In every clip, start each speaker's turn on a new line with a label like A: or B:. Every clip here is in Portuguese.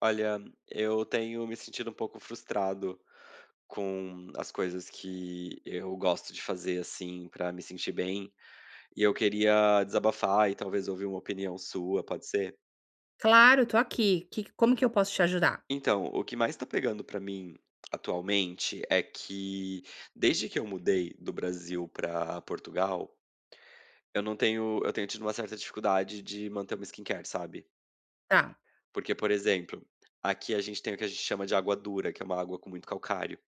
A: Olha, eu tenho me sentido um pouco frustrado com as coisas que eu gosto de fazer, assim, pra me sentir bem, e eu queria desabafar e talvez ouvir uma opinião sua, pode ser?
B: Claro, tô aqui. Que como que eu posso te ajudar?
A: Então, o que mais tá pegando pra mim atualmente é que desde que eu mudei do Brasil pra Portugal, eu não tenho eu tenho tido uma certa dificuldade de manter uma skincare, sabe?
B: Tá,
A: Porque, por exemplo, aqui a gente tem o que a gente chama de água dura, que é uma água com muito calcário.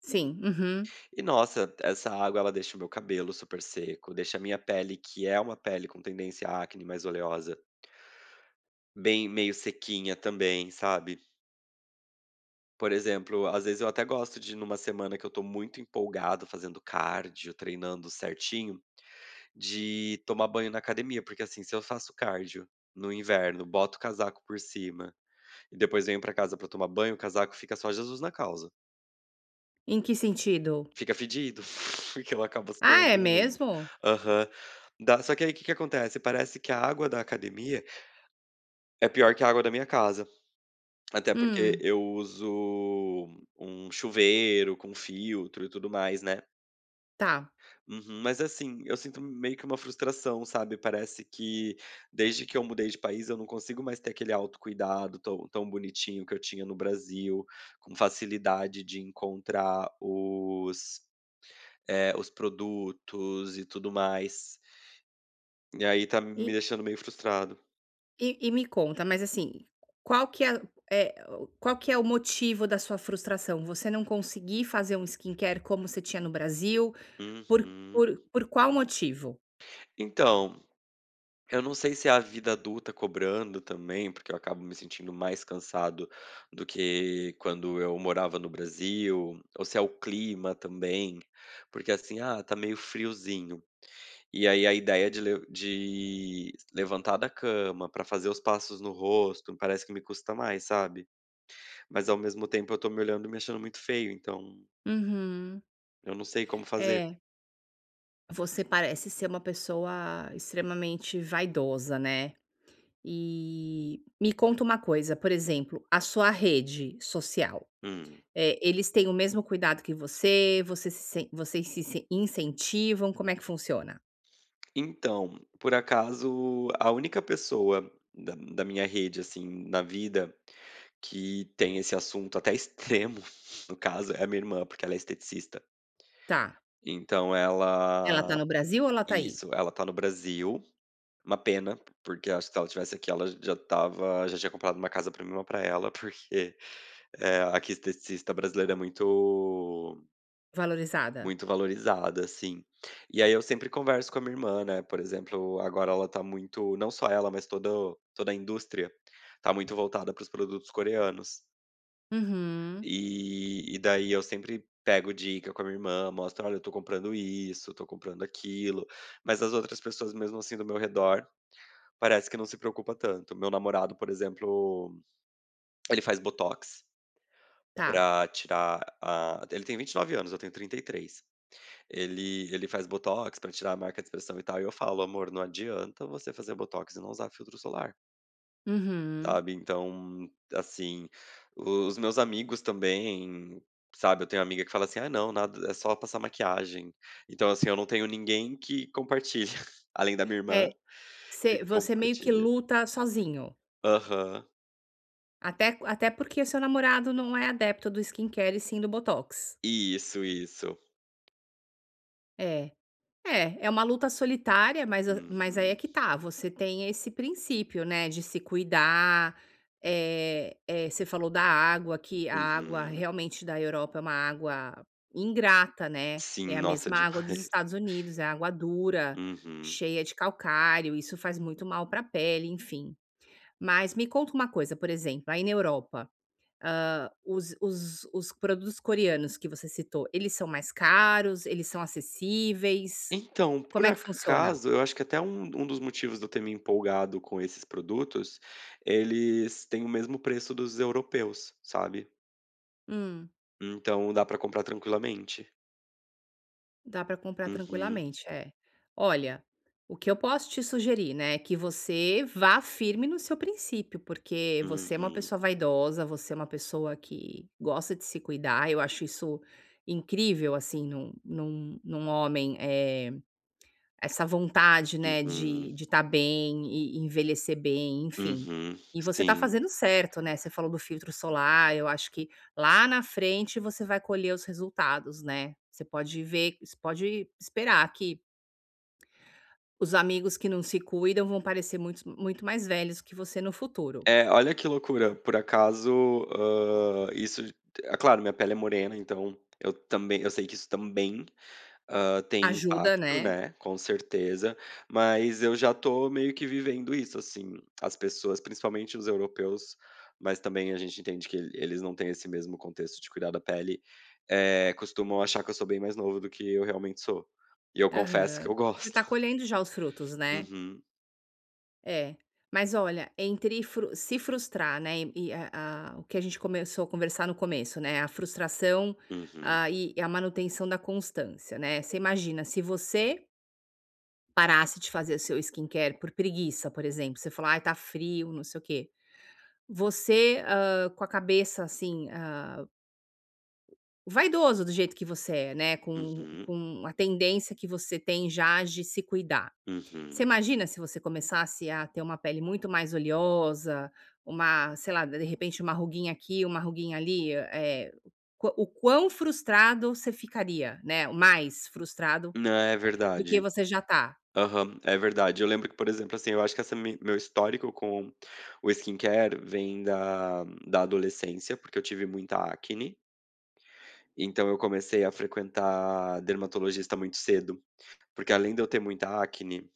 B: sim, uhum.
A: E nossa, essa água ela deixa o meu cabelo super seco, deixa a minha pele, que é uma pele com tendência à acne mais oleosa, bem meio sequinha também, sabe. Por exemplo, às vezes eu até gosto de numa semana que eu tô muito empolgado fazendo cardio, treinando certinho, de tomar banho na academia, porque assim, se eu faço cardio no inverno, boto o casaco por cima e depois venho pra casa pra tomar banho, o casaco fica só Jesus na causa.
B: Em que sentido?
A: Fica fedido, porque ela acaba
B: Ah, é
A: suando muito.
B: mesmo?
A: Aham. Dá só que aí, o que que acontece, parece que a água da academia é pior que a água da minha casa, até porque
B: Hum,
A: eu uso um chuveiro com filtro e tudo mais, né.
B: tá.
A: Uhum. Mas assim, eu sinto meio que uma frustração, sabe, parece que desde que eu mudei de país eu não consigo mais ter aquele autocuidado tão bonitinho que eu tinha no Brasil, com facilidade de encontrar os os produtos e tudo mais. E aí tá me
B: E
A: deixando meio frustrado.
B: e me conta, mas assim, qual que é qual que é o motivo da sua frustração? Você não conseguir fazer um skincare como você tinha no Brasil, por
A: Uhum.
B: por por qual motivo?
A: Então, eu não sei se é a vida adulta cobrando também, porque eu acabo me sentindo mais cansado do que quando eu morava no Brasil, ou se é o clima também, porque assim, tá meio friozinho. E aí a ideia de, de levantar da cama pra fazer os passos no rosto, parece que me custa mais, sabe? Mas ao mesmo tempo eu tô me olhando e me achando muito feio, então.
B: Uhum.
A: Eu não sei como fazer.
B: É, você parece ser uma pessoa extremamente vaidosa, né? E me conta uma coisa, por exemplo, a sua rede social,
A: Hum.
B: eles têm o mesmo cuidado que você? Você se sen Vocês se incentivam? Como é que funciona?
A: Então, por acaso, a única pessoa da minha rede, assim, na vida, que tem esse assunto até extremo, no caso, é a minha irmã, porque ela é esteticista.
B: Tá.
A: Então
B: Ela tá
A: ela
B: no Brasil ou ela tá aí?
A: Isso, ela tá no Brasil, uma pena, porque acho que se ela tivesse aqui, ela já tava, já tinha comprado uma casa pra mim e uma pra ela, porque, aqui esteticista brasileiro é muito.
B: Valorizada?
A: Muito valorizada, assim. E aí eu sempre converso com a minha irmã, né, por exemplo, agora ela tá muito não só ela, mas toda a indústria, tá muito voltada para os produtos coreanos.
B: Uhum.
A: E daí eu sempre pego dica com a minha irmã, mostro: "Olha, eu tô comprando isso, tô comprando aquilo", mas as outras pessoas, mesmo assim, do meu redor, parece que não se preocupa tanto. Meu namorado, por exemplo, ele faz botox
B: Tá.
A: pra tirar a ele tem 29 anos, eu tenho 33. Ele faz botox pra tirar a marca de expressão e tal, e eu falo: "Amor, não adianta você fazer botox e não usar filtro solar",
B: Uhum.
A: sabe. Então, assim, os meus amigos também, sabe, eu tenho amiga que fala assim: "Ah não, nada é só passar maquiagem". Então, assim, eu não tenho ninguém que compartilha, além da minha irmã,
B: É,
A: que
B: você você meio que
A: compartilha.
B: luta sozinho,
A: Aham.
B: até porque o seu namorado não é adepto do skincare e sim do botox.
A: Isso, isso.
B: É. É, é uma luta solitária, mas a mas aí é
A: Uhum,
B: que tá, você tem esse princípio, né, de se cuidar, você falou da água, que a água
A: uhum.
B: realmente da Europa é uma água ingrata, né,
A: Sim,
B: é a
A: nossa,
B: mesma água dos
A: demais.
B: Estados Unidos, é água dura,
A: Uhum.
B: cheia de calcário, isso faz muito mal para a pele, enfim. Mas me conta uma coisa, por exemplo, aí na Europa, os os produtos coreanos que você citou, eles são mais caros, eles são acessíveis?
A: Então, por
B: Como é que funciona?
A: acaso, eu acho que até um dos motivos de eu ter me empolgado com esses produtos, eles têm o mesmo preço dos europeus, sabe.
B: Hum.
A: Então dá pra comprar tranquilamente.
B: Dá para comprar
A: Uhum,
B: tranquilamente, é. Olha, o que eu posso te sugerir, né, é que você vá firme no seu princípio, porque você é uma
A: uhum,
B: pessoa vaidosa, você é uma pessoa que gosta de se cuidar, eu acho isso incrível, assim, num homem, é. Essa vontade, né,
A: uhum,
B: de estar bem e envelhecer bem, enfim.
A: uhum,
B: E você tá
A: sim.
B: fazendo certo, né, você falou do filtro solar, eu acho que lá na frente você vai colher os resultados, né. Você pode esperar que os amigos que não se cuidam vão parecer muito mais velhos que você no futuro.
A: É, olha que loucura, por acaso, isso. Claro, minha pele é morena, então eu também eu sei que isso também. Tem
B: Ajuda,
A: impacto,
B: né.
A: né, com certeza, mas eu já estou meio que vivendo isso, assim. As pessoas, principalmente os europeus, mas também a gente entende que eles não têm esse mesmo contexto de cuidar da pele, costumam achar que eu sou bem mais novo do que eu realmente sou. E eu confesso que
B: Aham.
A: eu
B: Você
A: gosto.
B: tá colhendo já os frutos, né.
A: Uhum,
B: É, mas olha, entre fru se frustrar, né, e a o que a gente começou a conversar no começo, né, a frustração,
A: uhum,
B: ah, e a manutenção da constância, né. Você imagina, se você parasse de fazer o seu skincare por preguiça, por exemplo, você falar: "Ai, tá frio, não sei o quê", você, com a cabeça, assim, ah, vaidoso do jeito que você é, né, com
A: uhum,
B: com a tendência que você tem já de se cuidar. Você
A: uhum.
B: imagina se você começasse a ter uma pele muito mais oleosa, uma, sei lá, de repente uma ruguinha aqui, uma ruguinha ali, qua o quão frustrado você ficaria, né, mais frustrado
A: Não, é
B: do que
A: verdade.
B: você já tá.
A: Aham, é verdade. Eu lembro que, por exemplo, assim, eu acho que essa mi meu histórico com o skincare vem da adolescência, porque eu tive muita acne, então eu comecei a frequentar dermatologista muito cedo, porque além de eu ter muita acne,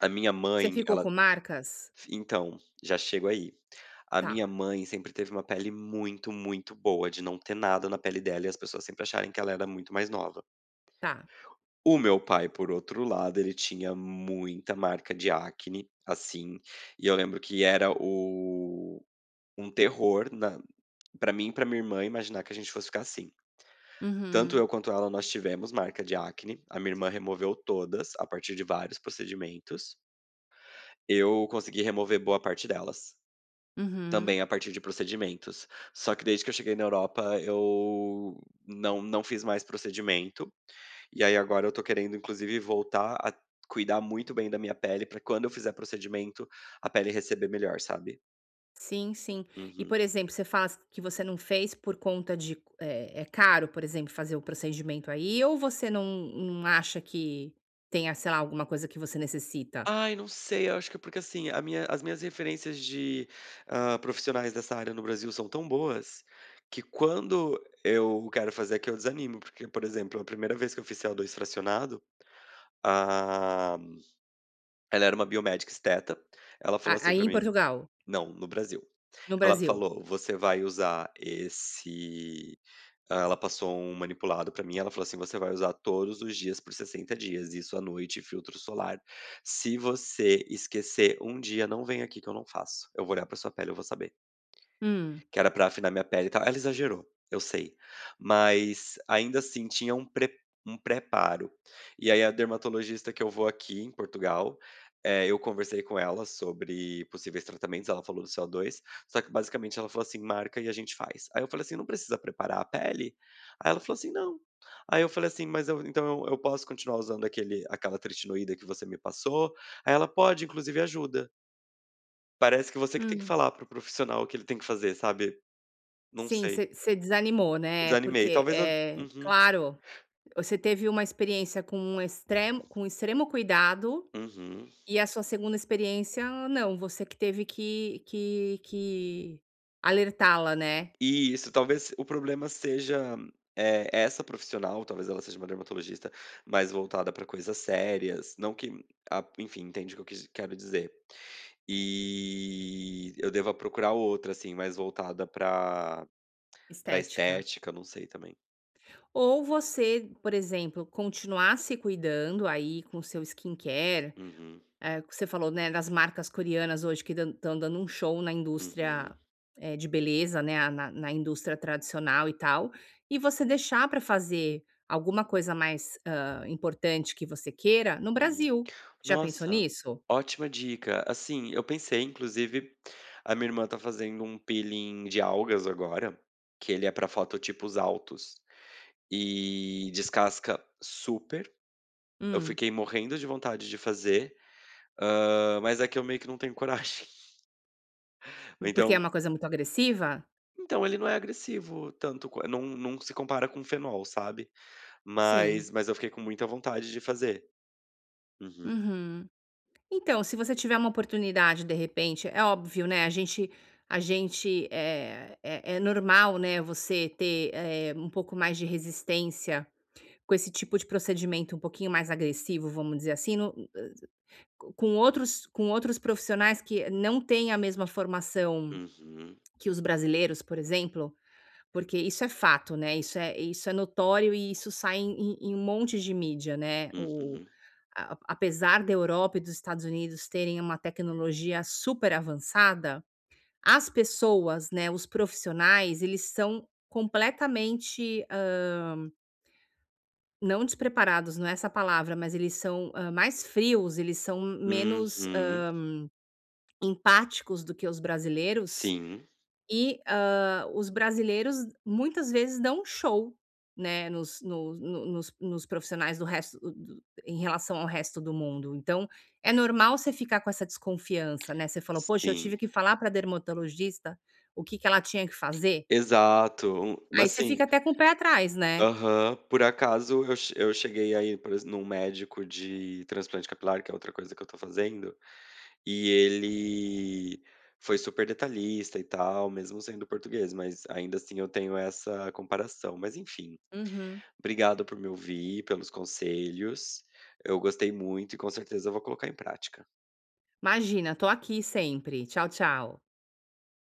A: a minha
B: Você
A: mãe,
B: ficou
A: ela
B: com marcas?
A: então, já chego aí. A
B: Tá,
A: minha mãe sempre teve uma pele muito, muito boa, de não ter nada na pele dela e as pessoas sempre acharem que ela era muito mais nova.
B: tá.
A: O meu pai, por outro lado, ele tinha muita marca de acne, assim, e eu lembro que era o um terror na pra mim e pra minha irmã imaginar que a gente fosse ficar assim. Tanto
B: Uhum,
A: eu quanto ela, nós tivemos marca de acne, a minha irmã removeu todas, a partir de vários procedimentos. Eu consegui remover boa parte delas.
B: uhum.
A: Também a partir de procedimentos. Só que desde que eu cheguei na Europa eu não fiz mais procedimento, e aí agora eu tô querendo inclusive voltar a cuidar muito bem da minha pele pra quando eu fizer procedimento, a pele receber melhor, sabe.
B: Sim, sim. E,
A: Uhum.
B: por exemplo, você fala que você não fez por conta de é caro, por exemplo, fazer o procedimento aí ou você não acha que tenha, sei lá, alguma coisa que você necessita?
A: Ai, não sei, eu acho que é porque, assim, a minha as minhas referências de, profissionais dessa área no Brasil são tão boas, que quando eu quero fazer aqui eu desanimo, porque, por exemplo, a primeira vez que eu fiz C o CO2 fracionado, ah ela era uma biomédica esteta, ela falou
B: A
A: assim
B: aí
A: pra
B: em
A: mim.
B: Portugal,
A: Não, no Brasil.
B: no
A: Ela
B: Brasil.
A: falou: "Você vai usar esse", ela passou um manipulado pra mim, ela falou assim: "Você vai usar todos os dias por 60 dias, isso à noite filtro solar. Se você esquecer um dia, não vem aqui que eu não faço. Eu vou olhar pra sua pele, eu vou saber".
B: Hum,
A: Que era pra afinar minha pele e tal. Ela exagerou, eu sei, mas ainda assim tinha um pre um preparo. E aí a dermatologista que eu vou aqui em Portugal, eu conversei com ela sobre possíveis tratamentos, ela falou do CO2, só que basicamente ela falou assim: "Marca e a gente faz". Aí eu falei assim: "Não precisa preparar a pele?" Aí ela falou assim: "Não". Aí eu falei assim: "Mas eu então eu posso continuar usando aquele aquela tretinoída que você me passou?" Aí ela: "Pode, inclusive ajuda". Parece que você que tem que
B: hum.
A: falar para o profissional o que ele tem que fazer, sabe? Não
B: Sim,
A: sei,
B: você desanimou, né,
A: desanimei.
B: porque,
A: Talvez eu uhum,
B: claro, você teve uma experiência com um extremo com extremo cuidado,
A: uhum.
B: e a sua segunda experiência não, você que teve que alertá-la, né,
A: E isso, talvez o problema seja, essa profissional, talvez ela seja uma dermatologista mais voltada para coisas sérias, não que a enfim, entende o que eu quis quero dizer. E eu deva procurar outra, assim, mais voltada para para
B: estética.
A: estética, não sei também.
B: Ou você, por exemplo, continuar se cuidando aí com o seu skincare.
A: Uhum,
B: É, que você falou, né, das marcas coreanas hoje que estão dando um show na
A: uhum,
B: indústria, de beleza, né, a na indústria tradicional e tal, e você deixar para fazer alguma coisa mais, importante que você queira no
A: uhum.
B: Brasil. Já pensou
A: Nossa,
B: nisso?
A: ótima dica. Assim, eu pensei, inclusive, a minha irmã tá fazendo um peeling de algas agora, que ele é para fototipos altos e descasca super. Eu
B: Hum.
A: fiquei morrendo de vontade de fazer, mas é que eu meio que não tenho coragem.
B: Porque é
A: Então,
B: uma coisa muito agressiva?
A: então ele não é agressivo tanto qua não se compara com fenol, sabe.
B: Sim.
A: Mas eu fiquei com muita vontade de fazer. Uhum,
B: Uhum. Então, se você tiver uma oportunidade, de repente, é óbvio, né, é normal, né, você ter, um pouco mais de resistência com esse tipo de procedimento um pouquinho mais agressivo, vamos dizer assim, no com outros profissionais que não têm a mesma formação
A: uhum,
B: que os brasileiros, por exemplo, porque isso é fato, né, isso é notório e isso sai em um monte de mídia, né, o
A: uhum,
B: a apesar da Europa e dos Estados Unidos terem uma tecnologia super avançada, as pessoas, né, os profissionais, eles são completamente. Não despreparados, não é essa palavra, mas eles são, mais frios, eles são menos,
A: uhum.
B: empáticos do que os brasileiros
A: Sim,
B: e, os brasileiros muitas vezes dão um show, né, nos no no nos nos profissionais do resto do relação ao resto do mundo. Então, é normal você ficar com essa desconfiança, né, você falou: "Poxa, eu tive
A: sim.
B: que falar para a dermatologista o que que ela tinha que fazer".
A: Exato, um
B: Aí
A: mas
B: você
A: assim
B: fica até com o pé atrás, né.
A: aham. Por acaso eu cheguei aí ir, por exe num médico de transplante capilar, que é outra coisa que eu tô fazendo, e ele foi super detalhista e tal, mesmo sendo português, mas ainda assim eu tenho essa comparação. Mas enfim,
B: Uhum.
A: obrigado por me ouvir, pelos conselhos. Eu gostei muito e com certeza eu vou colocar em prática.
B: "Imagina, tô aqui sempre. Tchau, tchau".